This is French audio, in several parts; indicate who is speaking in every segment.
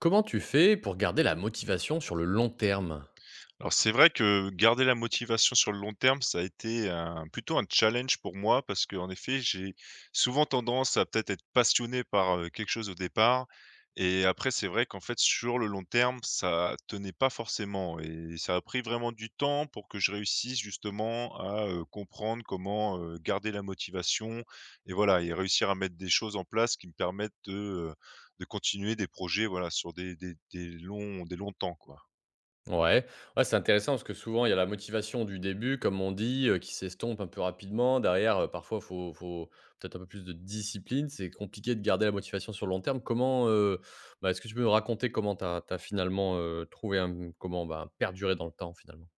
Speaker 1: Comment tu fais pour garder la motivation sur le long terme?
Speaker 2: Alors c'est vrai que garder la motivation sur le long terme, ça a été un plutôt un challenge pour moi parce que en effet, j'ai souvent tendance à peut-être être passionné par quelque chose au départ, et après c'est vrai qu'en fait sur le long terme, ça tenait pas forcément et ça a pris vraiment du temps pour que je réussisse justement comprendre comment garder la motivation, et voilà, et réussir à mettre des choses en place qui me permettent de continuer des projets, voilà, sur des longs temps, quoi.
Speaker 1: Ouais, ouais, c'est intéressant parce que souvent il y a la motivation du début, comme on dit, qui s'estompe un peu rapidement. Derrière, parfois il faut peut-être un peu plus de discipline. C'est compliqué de garder la motivation sur le long terme. Comment, bah, est-ce que tu peux me raconter comment tu as finalement, trouvé un comment, bah, perdurer dans le temps finalement?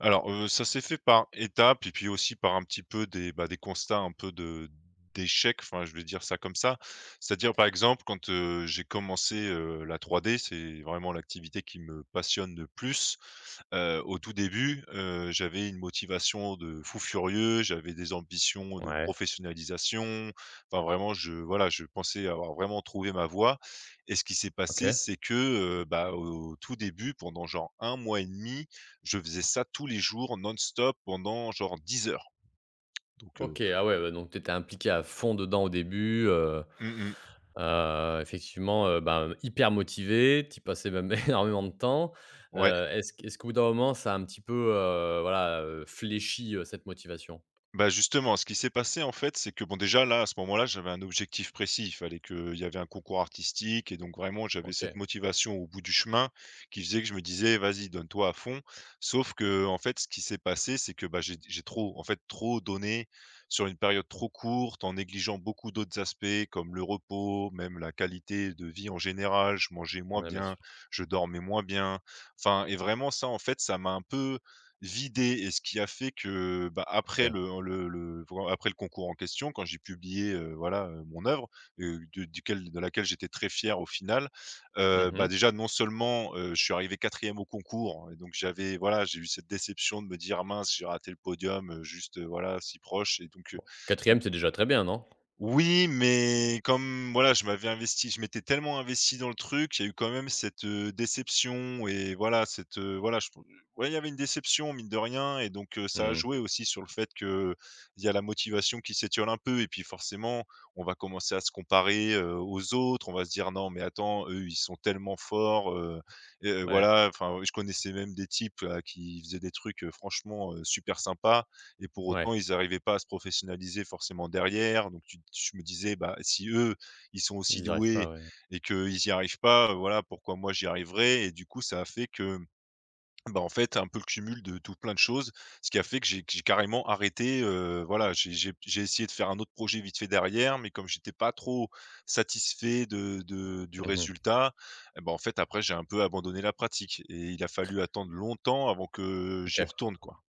Speaker 2: Alors, ça s'est fait par étapes et puis aussi par un petit peu des, bah, des constats un peu de d'échec, enfin, je vais dire ça comme ça. C'est-à-dire, par exemple, quand j'ai commencé la 3D, c'est vraiment l'activité qui me passionne le plus. Au tout début, j'avais une motivation de fou furieux, j'avais des ambitions de
Speaker 1: Ouais,
Speaker 2: professionnalisation. Enfin, vraiment, je voilà, je pensais avoir vraiment trouvé ma voie, et ce qui s'est passé,
Speaker 1: OK.
Speaker 2: c'est que, bah, au tout début, pendant genre un mois et demi, je faisais ça tous les jours non-stop pendant genre 10 heures, donc.
Speaker 1: OK, ah ouais, bah, donc tu étais impliqué à fond dedans au début,
Speaker 2: Mmh mh.
Speaker 1: effectivement, ben, hyper motivé, tu passais même énormément de temps.
Speaker 2: Ouais.
Speaker 1: Est-ce qu'au bout d'un moment ça a un petit peu, voilà, fléchi, cette motivation?
Speaker 2: Bah, justement, ce qui s'est passé, en fait, c'est que bon, déjà là, à ce moment-là, j'avais un objectif précis. Il fallait qu'il y avait un concours artistique et donc vraiment, j'avais cette
Speaker 1: OK,
Speaker 2: motivation au bout du chemin qui faisait que je me disais: «Vas-y, donne-toi à fond». Sauf que en fait, ce qui s'est passé, c'est que, bah, j'ai trop en fait, trop donné sur une période trop courte, en négligeant beaucoup d'autres aspects comme le repos, même la qualité de vie en général. Je mangeais moins
Speaker 1: ouais, bien
Speaker 2: bien,
Speaker 1: sûr,
Speaker 2: je dormais moins bien. Enfin, et vraiment ça, en fait, ça m'a un peu vidé, et ce qui a fait que, bah, après
Speaker 1: OK.
Speaker 2: le vr après le concours en question, quand j'ai publié, voilà, mon œuvre, de laquelle j'étais très fier au final,
Speaker 1: Mmh
Speaker 2: bah,
Speaker 1: mh.
Speaker 2: déjà non seulement, je suis arrivé quatrième au concours et donc j'avais voilà, j'ai eu cette déception de me dire: ah «Mince, j'ai raté le podium, juste, voilà, si proche», et donc,
Speaker 1: C'est déjà très bien, non?
Speaker 2: oui, mais comme voilà, je m'étais tellement investi dans le truc, il y a eu quand même cette déception, et voilà cette voilà je pou ouais, il y avait une déception mine de rien, et donc ça a
Speaker 1: Mmh,
Speaker 2: joué aussi sur le fait que il y a la motivation qui s'étiole un peu, et puis forcément, on va commencer à se comparer aux autres. On va se dire: «Non mais attends, eux, ils sont tellement forts» et
Speaker 1: ouais,
Speaker 2: voilà, enfin, ouais, je connaissais même des types, là, qui faisaient des trucs, franchement, super sympas, et pour autant,
Speaker 1: ouais,
Speaker 2: ils n'arrivaient pas à se professionnaliser forcément derrière. Donc tu je me disais: «Bah, si eux, ils sont aussi
Speaker 1: ils n'y arrivent
Speaker 2: doués
Speaker 1: pas, ouais.
Speaker 2: et qu'ils n'y arrivent pas, voilà, pourquoi moi j'y arriverai?», et du coup, ça a fait que, bah, en fait, un peu le cumul de tout plein de choses, ce qui a fait que j'ai carrément arrêté, voilà, j'ai essayé de faire un autre projet vite fait derrière, mais comme j'étais pas trop satisfait de du
Speaker 1: Mmh.
Speaker 2: résultat, et bah, en fait, après, j'ai un peu abandonné la pratique et il a fallu attendre longtemps avant que j'y
Speaker 1: OK.
Speaker 2: retourne, quoi.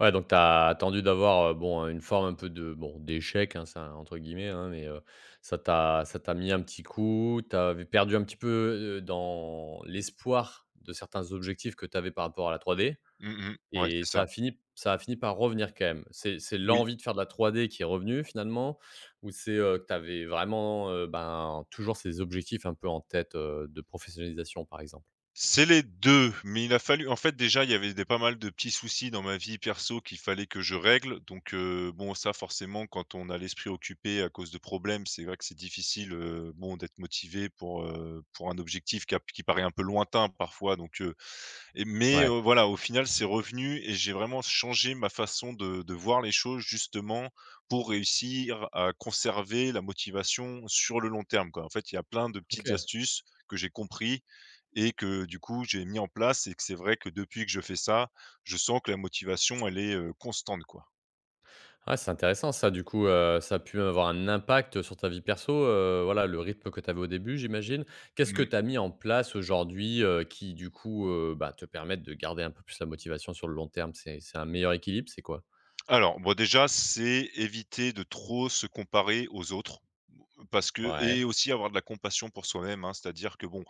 Speaker 1: Ouais, donc tu as attendu d'avoir, bon, une forme un peu de bon, d'échec, hein, ça entre guillemets, hein, mais ça t'a mis un petit coup, tu avais perdu un petit peu, dans l'espoir de certains objectifs que tu avais par rapport à la 3D
Speaker 2: Mmh mh. Ouais,
Speaker 1: et
Speaker 2: c'est
Speaker 1: ça
Speaker 2: ça.
Speaker 1: a fini ça a fini par revenir quand même. C'est
Speaker 2: Oui.
Speaker 1: l'envie de faire de la 3D qui est revenue finalement? Ou c'est, que tu avais vraiment, ben, toujours ces objectifs un peu en tête, de professionnalisation par exemple?
Speaker 2: C'est les 2, mais il a fallu en fait, déjà, il y avait des pas mal de petits soucis dans ma vie perso qu'il fallait que je règle, donc bon, ça, forcément, quand on a l'esprit occupé à cause de problèmes, c'est vrai que c'est difficile, bon, d'être motivé pour un objectif qui paraît un peu lointain, parfois, et mais
Speaker 1: Ouais,
Speaker 2: heu, voilà, au final, c'est revenu et j'ai vraiment changé ma façon de voir les choses justement pour réussir à conserver la motivation sur le long terme, quoi. En fait, il y a plein de petites
Speaker 1: OK.
Speaker 2: astuces que j'ai compris et que du coup, j'ai mis en place, et que c'est vrai que depuis que je fais ça, je sens que la motivation, elle est constante, quoi.
Speaker 1: Ouais, c'est intéressant ça du coup, ça a pu avoir un impact sur ta vie perso, voilà le rythme que tu avais au début j'imagine. Qu'est-ce que
Speaker 2: Mmh.
Speaker 1: tu as mis en place aujourd'hui, qui du coup, bah, te permettent de garder un peu plus la motivation sur le long terme? C'est un meilleur équilibre, c'est quoi?
Speaker 2: Alors, bon, déjà, c'est éviter de trop se comparer aux autres. Parce que,
Speaker 1: Ouais,
Speaker 2: et aussi avoir de la compassion pour soi-même, hein. C'est-à-dire que bon,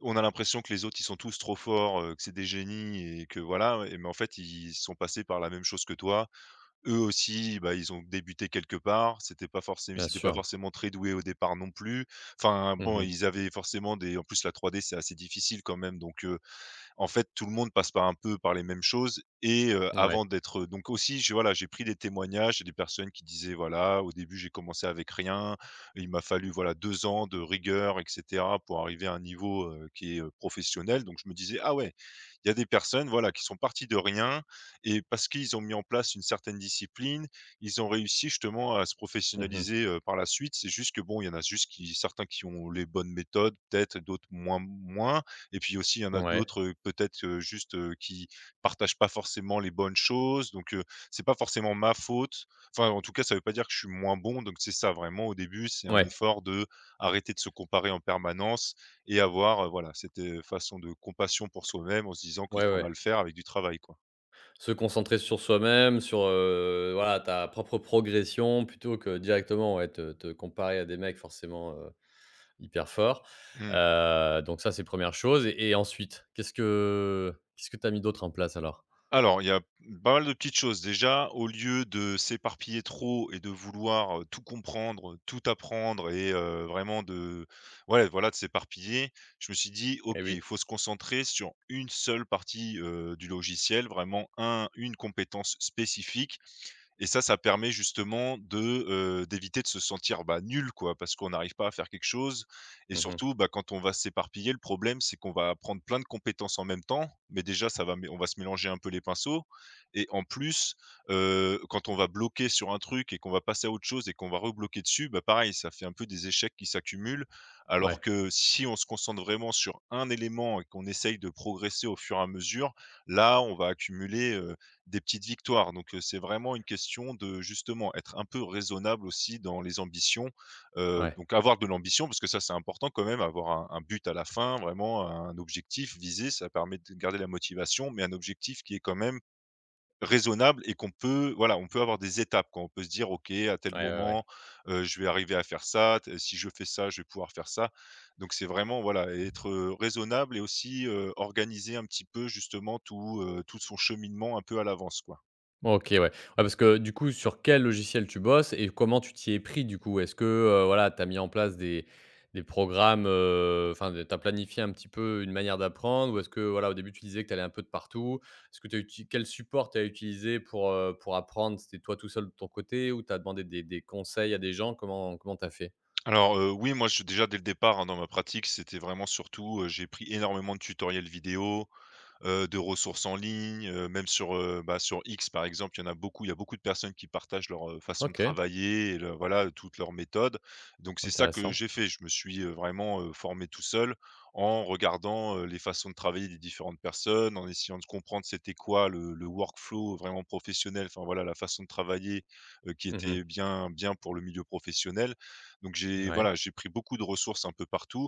Speaker 2: on a l'impression que les autres, ils sont tous trop forts, que c'est des génies et que voilà, et mais en fait, ils sont passés par la même chose que toi. Eux aussi, bah, ils ont débuté quelque part. C'était pas forcément,
Speaker 1: bien
Speaker 2: ils étaient pas
Speaker 1: sûr.
Speaker 2: forcément très doués au départ non plus. Enfin bon,
Speaker 1: Mmh.
Speaker 2: ils avaient forcément des, en plus la 3D, c'est assez difficile quand même donc en fait, tout le monde passe par un peu par les mêmes choses, et
Speaker 1: Ouais.
Speaker 2: avant d'être, donc aussi j'ai voilà, j'ai pris des témoignages des personnes qui disaient: «Voilà, au début j'ai commencé avec rien, il m'a fallu voilà 2 ans de rigueur et cetera pour arriver à un niveau, qui est, professionnel». Donc je me disais: «Ah ouais, il y a des personnes voilà qui sont parties de rien, et parce qu'ils ont mis en place une certaine discipline, ils ont réussi justement à se
Speaker 1: Mmh.
Speaker 2: professionnaliser, par la suite». C'est juste que bon, il y en a juste qui, certains qui ont les bonnes méthodes peut-être, d'autres moins, et puis aussi, il y en a
Speaker 1: Ouais.
Speaker 2: d'autres, peut-être, juste, qui partagent pas forcément les bonnes choses, donc c'est pas forcément ma faute. Enfin, en tout cas, ça veut pas dire que je suis moins bon, donc c'est ça vraiment au début, c'est un
Speaker 1: Ouais.
Speaker 2: effort de arrêter de se comparer en permanence et avoir voilà, cette façon de compassion pour soi-même en se disant que
Speaker 1: Ouais,
Speaker 2: ça va
Speaker 1: ouais.
Speaker 2: le faire avec du travail, quoi.
Speaker 1: Se concentrer sur soi-même, sur, voilà ta propre progression plutôt que directement, ouais, te comparer à des mecs forcément, hyper fort.
Speaker 2: Mmh.
Speaker 1: Donc ça, c'est première chose et ensuite, qu'est-ce que tu as mis d'autre en place alors?
Speaker 2: Alors, il y a pas mal de petites choses. Déjà, au lieu de s'éparpiller trop et de vouloir tout comprendre, tout apprendre, et vraiment de ouais, voilà, de s'éparpiller, je me suis dit:
Speaker 1: Eh
Speaker 2: «OK, il
Speaker 1: oui.
Speaker 2: faut se concentrer sur une seule partie du logiciel, vraiment un une compétence spécifique». Et ça permet justement de d'éviter de se sentir, bah, nul quoi, parce qu'on n'arrive pas à faire quelque chose, et
Speaker 1: Mmh.
Speaker 2: surtout, bah, quand on va s'éparpiller, le problème, c'est qu'on va apprendre plein de compétences en même temps, mais déjà ça va mé on va se mélanger un peu les pinceaux, et en plus, quand on va bloquer sur un truc et qu'on va passer à autre chose et qu'on va rebloquer dessus, bah, pareil, ça fait un peu des échecs qui s'accumulent. Alors
Speaker 1: Ouais,
Speaker 2: que si on se concentre vraiment sur un élément et qu'on essaye de progresser au fur et à mesure, là, on va accumuler des petites victoires, donc c'est vraiment une question de justement être un peu raisonnable aussi dans les ambitions
Speaker 1: ouais,
Speaker 2: donc avoir de l'ambition parce que ça, c'est important quand même, avoir un but à la fin, vraiment un objectif visé, ça permet de garder la motivation, mais un objectif qui est quand même raisonnable, et qu'on peut voilà, on peut avoir des étapes quand on peut se dire: «OK, à tel
Speaker 1: ouais, ouais, ouais.
Speaker 2: moment, je vais arriver à faire ça, t si je fais ça, je vais pouvoir faire ça». Donc c'est vraiment voilà, être raisonnable, et aussi organiser un petit peu justement tout tout son cheminement un peu à l'avance, quoi.
Speaker 1: OK, ouais. Ouais, parce que du coup, sur quel logiciel tu bosses et comment tu t'y es pris du coup? Est-ce que, voilà, tu as mis en place des programmes, enfin, tu as planifié un petit peu une manière d'apprendre? Ou est-ce que voilà, au début, tu disais que tu allais un peu de partout? Est-ce que t'as uti quel support tu as utilisé pour apprendre? C'était toi tout seul de ton côté ou tu as demandé des conseils à des gens? Comment tu as fait?
Speaker 2: Alors oui, moi, je déjà dès le départ, hein, dans ma pratique, c'était vraiment surtout j'ai pris énormément de tutoriels vidéo, de ressources en ligne, même sur bah, sur X par exemple, il y en a beaucoup il y a beaucoup de personnes qui partagent leur façon de
Speaker 1: OK,
Speaker 2: travailler et leur voilà, toutes leurs méthodes. Donc c'est ça que
Speaker 1: intéressant.
Speaker 2: j'ai fait. Je me suis vraiment formé tout seul en regardant les façons de travailler des différentes personnes, en essayant de comprendre c'était quoi le workflow vraiment professionnel, enfin voilà, la façon de travailler, qui
Speaker 1: Mmh.
Speaker 2: était bien bien pour le milieu professionnel. Donc j'ai
Speaker 1: Ouais,
Speaker 2: voilà, j'ai pris beaucoup de ressources un peu partout,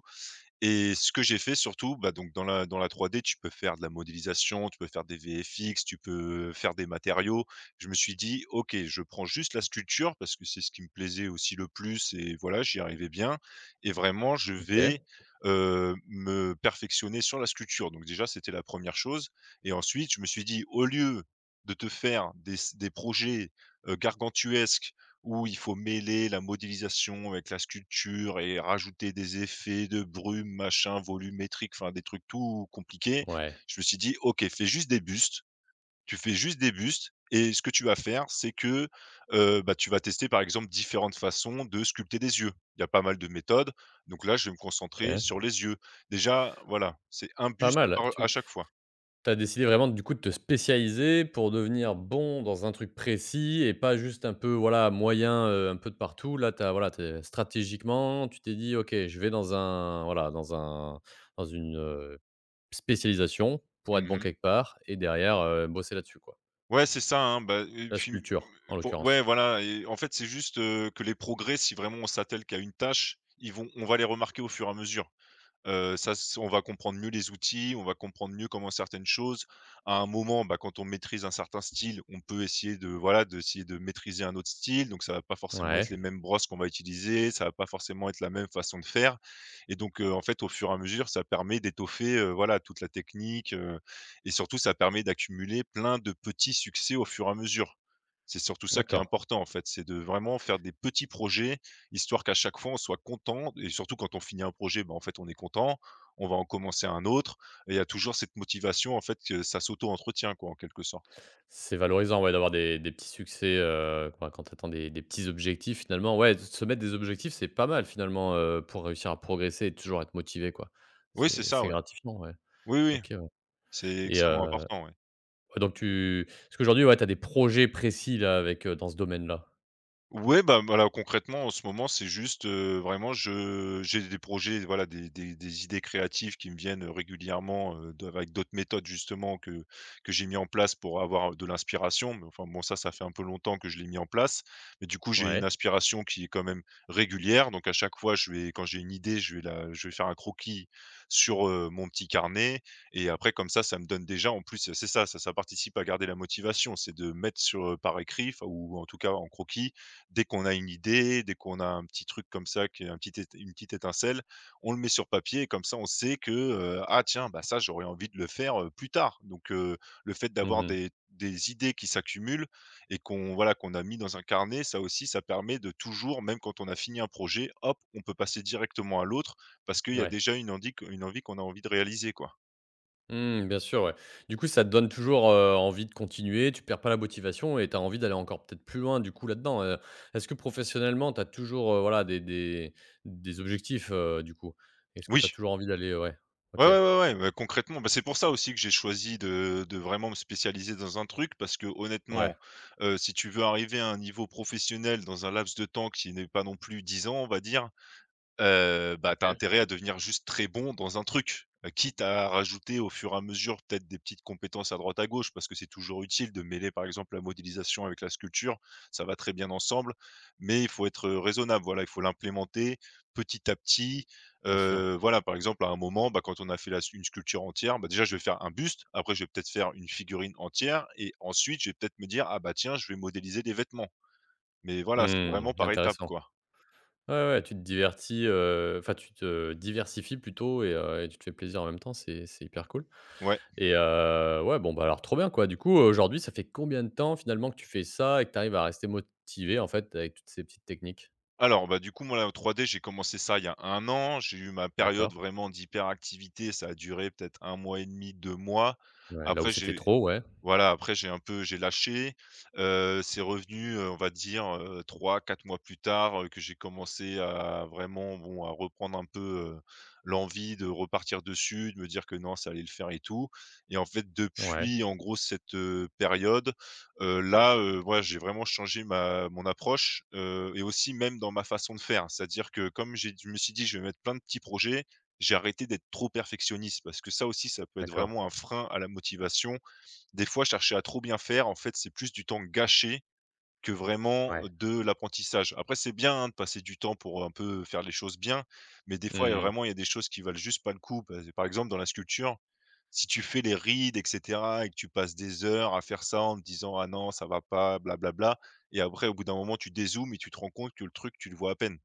Speaker 2: et ce que j'ai fait surtout, bah, donc dans la 3D, tu peux faire de la modélisation, tu peux faire des VFX, tu peux faire des matériaux. Je me suis dit: «OK, je prends juste la sculpture parce que c'est ce qui me plaisait aussi le plus et voilà, j'y arrivais bien et vraiment je vais
Speaker 1: OK,
Speaker 2: me perfectionner sur la sculpture». Donc déjà, c'était la première chose et ensuite je me suis dit: «Au lieu de te faire des projets, gargantuesques où il faut mêler la modélisation avec la sculpture et rajouter des effets de brume, machin, volumétrique, enfin des trucs tout compliqués.
Speaker 1: ouais,
Speaker 2: Je me suis dit: «OK, fais juste des bustes, tu fais juste des bustes et ce que tu vas faire, c'est que, bah, tu vas tester par exemple différentes façons de sculpter des yeux». Il y a pas mal de méthodes, donc là, je vais me concentrer
Speaker 1: OK.
Speaker 2: sur les yeux. Déjà, voilà, c'est un
Speaker 1: Pas
Speaker 2: buste
Speaker 1: mal.
Speaker 2: par à
Speaker 1: Tu
Speaker 2: chaque fois.
Speaker 1: as décidé vraiment du coup de te spécialiser pour devenir bon dans un truc précis et pas juste un peu, voilà, moyen, un peu de partout. Là, t'as voilà, t'es stratégiquement, tu t'es dit: «OK, je vais dans un voilà, dans une, spécialisation pour être bon
Speaker 2: Mmh.
Speaker 1: quelque part et derrière, bosser là-dessus quoi».
Speaker 2: Ouais, c'est ça, hein, bah, et
Speaker 1: La
Speaker 2: puis,
Speaker 1: sculpture en
Speaker 2: pour ouais,
Speaker 1: l'occurrence.
Speaker 2: voilà et en fait, c'est juste, que les progrès, si vraiment on s'attelle qu'à une tâche, ils vont on va les remarquer au fur et à mesure. Ça s On va comprendre mieux les outils, on va comprendre mieux comment certaines choses. À un moment, bah, quand on maîtrise un certain style, on peut essayer de voilà, d'essayer de maîtriser un autre style, donc ça va pas forcément être
Speaker 1: Ouais,
Speaker 2: les mêmes brosses qu'on va utiliser, ça va pas forcément être la même façon de faire et donc en fait, au fur et à mesure, ça permet d'étoffer, voilà, toute la technique et surtout ça permet d'accumuler plein de petits succès au fur et à mesure. C'est surtout ça qui est
Speaker 1: d'accord.
Speaker 2: important, en fait, c'est de vraiment faire des petits projets histoire qu'à chaque fois on soit content et surtout quand on finit un projet, ben en fait, on est content, on va en commencer un autre et il y a toujours cette motivation en fait que ça s'auto-entretient quoi, en quelque sorte.
Speaker 1: C'est valorisant, ouais, d'avoir des petits succès, quand tu atteins des petits objectifs finalement. Ouais, de se mettre des objectifs, c'est pas mal finalement, pour réussir à progresser et toujours être motivé, quoi.
Speaker 2: Oui, c'est
Speaker 1: C'est
Speaker 2: ça,
Speaker 1: c'est
Speaker 2: ouais.
Speaker 1: gratifiant, ouais.
Speaker 2: Oui, oui,
Speaker 1: OK, ouais
Speaker 2: c'est
Speaker 1: et
Speaker 2: extrêmement important, ouais.
Speaker 1: ouais, donc tu parce qu'aujourd'hui, ouais, tu as des projets précis là avec, dans ce domaine-là?
Speaker 2: Ouais, bah, voilà, concrètement, en ce moment, c'est juste, vraiment, je j'ai des projets, voilà, des idées créatives qui me viennent, régulièrement, de avec d'autres méthodes, justement, que j'ai mis en place pour avoir de l'inspiration. Mais enfin, bon, ça fait un peu longtemps que je l'ai mis en place. Mais du coup, j'ai une
Speaker 1: Ouais.
Speaker 2: inspiration qui est quand même régulière. Donc à chaque fois, je vais quand j'ai une idée, je vais faire un croquis sur, mon petit carnet et après, comme ça me donne déjà en plus, c'est ça, ça participe à garder la motivation. C'est de mettre sur, par écrit, enfin ou en tout cas en croquis, dès qu'on a une idée, dès qu'on a un petit truc comme ça, qui est un petit ét une petite étincelle, on le met sur papier et comme ça on sait que: «Ah tiens, bah, ça j'aurais envie de le faire, plus tard». Le fait d'avoir
Speaker 1: Mmh.
Speaker 2: des idées qui s'accumulent et qu'on voilà, qu'on a mis dans un carnet, ça aussi, ça permet de toujours, même quand on a fini un projet, hop, on peut passer directement à l'autre parce qu'il y a
Speaker 1: Ouais.
Speaker 2: déjà une envie qu'on a envie de réaliser, quoi.
Speaker 1: Mmh, bien sûr, ouais. Du coup, ça te donne toujours, envie de continuer, tu perds pas la motivation et tu as envie d'aller encore peut-être plus loin du coup là-dedans. Est-ce que professionnellement, tu as toujours, voilà des objectifs, du coup? Est-ce que tu as
Speaker 2: Oui.
Speaker 1: toujours envie d'aller ouais,
Speaker 2: Ouais,
Speaker 1: OK,
Speaker 2: ouais, ouais, ouais, bah, concrètement, bah, c'est pour ça aussi que j'ai choisi de vraiment me spécialiser dans un truc parce que
Speaker 1: ouais,
Speaker 2: honnêtement, si tu veux arriver à un niveau professionnel dans un laps de temps qui n'est pas non plus 10 ans, on va dire. Bah, tu
Speaker 1: OK,
Speaker 2: intérêt à devenir juste très bon dans un truc, quitte à rajouter au fur et à mesure peut-être des petites compétences à droite à gauche parce que c'est toujours utile de mêler par exemple la modélisation avec la sculpture, ça va très bien ensemble, mais il faut être, raisonnable. Voilà, il faut l'implémenter petit à petit,
Speaker 1: bien sûr.
Speaker 2: voilà, par exemple à un moment, bah, quand on a fait la une sculpture entière, bah, déjà je vais faire un buste, après je vais peut-être faire une figurine entière et ensuite je vais peut-être me dire: «Ah bah, tiens, je vais modéliser des vêtements». Mais voilà, c'est
Speaker 1: Mmh,
Speaker 2: vraiment par étapes,
Speaker 1: intéressant.
Speaker 2: quoi.
Speaker 1: Ouais, ouais, tu te divertis, enfin tu te diversifies plutôt et tu te fais plaisir en même temps, c'est hyper cool.
Speaker 2: Ouais.
Speaker 1: Et ouais, bon, bah, alors trop bien, quoi. Du coup, aujourd'hui, ça fait combien de temps finalement que tu fais ça et que tu arrives à rester motivé, en fait, avec toutes ces petites techniques?
Speaker 2: Alors, bah, du coup, moi, la 3D, j'ai commencé ça il y a 1 an. J'ai eu ma période
Speaker 1: D'accord.
Speaker 2: vraiment d'hyperactivité, ça a duré peut-être 1 mois et demi, 2 mois.
Speaker 1: Ouais, là où
Speaker 2: Après
Speaker 1: c'était
Speaker 2: j'ai
Speaker 1: trop, ouais.
Speaker 2: voilà, après j'ai un peu j'ai lâché, c'est revenu, on va dire, 3-4 mois plus tard, que j'ai commencé à vraiment, bon, à reprendre un peu, heu, l'envie de repartir dessus, de me dire que non, ça allait le faire et tout et en fait
Speaker 1: Ouais,
Speaker 2: depuis, en gros, cette, période, là, ouais, j'ai vraiment changé ma mon approche, et aussi même dans ma façon de faire. C'est-à-dire que comme j'ai je me suis dit: «Je vais mettre plein de petits projets», j'ai arrêté d'être trop perfectionniste parce que ça aussi, ça peut être
Speaker 1: d'accord.
Speaker 2: vraiment un frein à la motivation, des fois, chercher à trop bien faire, en fait, c'est plus du temps gâché que vraiment
Speaker 1: Ouais.
Speaker 2: de l'apprentissage. Après, c'est bien, hein, de passer du temps pour un peu faire les choses bien, mais des fois,
Speaker 1: Mmh.
Speaker 2: il y a des choses qui valent juste pas le coup. Par exemple, dans la sculpture, si tu fais les rides et cetera et que tu passes des heures à faire ça en te disant: «Ah non, ça va pas, blablabla, et après, au bout d'un moment, tu dézoomes et tu te rends compte que le truc, tu le vois à peine.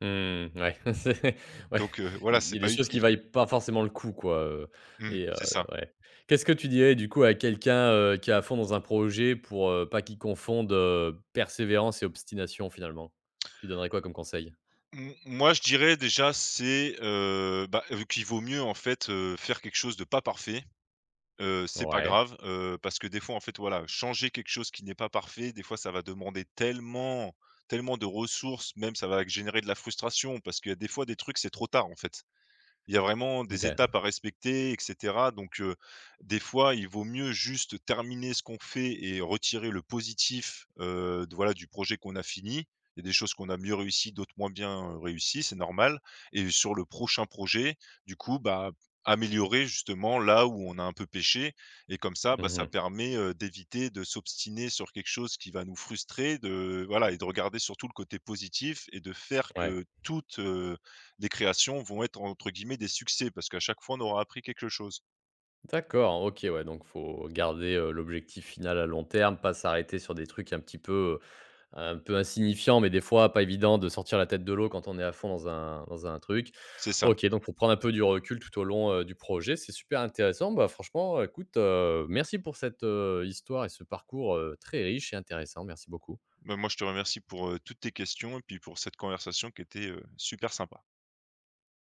Speaker 1: Mmh, ouais. C'est Ouais,
Speaker 2: Donc, voilà,
Speaker 1: il y
Speaker 2: c'est
Speaker 1: a des
Speaker 2: pas
Speaker 1: choses qui
Speaker 2: utile.
Speaker 1: valent pas forcément le coup, quoi,
Speaker 2: Mmh,
Speaker 1: et
Speaker 2: c'est ça.
Speaker 1: ouais. Qu'est-ce que tu dirais, du coup, à quelqu'un, qui est à fond dans un projet pour, pas qu'il confonde, persévérance et obstination, finalement? Tu donnerais quoi comme conseil?
Speaker 2: M moi, je dirais déjà, c'est, bah, vu qu'il vaut mieux, en fait, faire quelque chose de pas parfait. C'est pas
Speaker 1: Ouais,
Speaker 2: grave, parce que des fois, en fait, voilà, changer quelque chose qui n'est pas parfait, des fois, ça va demander tellement tellement de ressources, même ça va générer de la frustration parce qu'il y a des fois des trucs, c'est trop tard, en fait. Il y a vraiment des
Speaker 1: OK.
Speaker 2: étapes à respecter et cetera donc des fois, il vaut mieux juste terminer ce qu'on fait et retirer le positif, de voilà, du projet qu'on a fini. Il y a des choses qu'on a mieux réussies, d'autres moins bien, réussies, c'est normal et sur le prochain projet, du coup, bah, améliorer justement là où on a un peu péché et comme ça, bah, ça
Speaker 1: Mmh.
Speaker 2: permet, d'éviter de s'obstiner sur quelque chose qui va nous frustrer, de voilà et de regarder surtout le côté positif et de faire
Speaker 1: Ouais.
Speaker 2: que toute les créations vont être entre guillemets «des succès» parce qu'à chaque fois on aura appris quelque chose.
Speaker 1: D'accord, OK, ouais, donc faut garder, l'objectif final à long terme, pas s'arrêter sur des trucs un petit peu, un peu insignifiants, mais des fois pas évident de sortir la tête de l'eau quand on est à fond dans un truc.
Speaker 2: C'est ça.
Speaker 1: OK, donc faut prendre un peu du recul tout au long, du projet, c'est super intéressant. Bah, franchement, écoute, merci pour cette, histoire et ce parcours, très riche et intéressant. Merci beaucoup.
Speaker 2: Bah, moi je te remercie pour, toutes tes questions et puis pour cette conversation qui était, super sympa.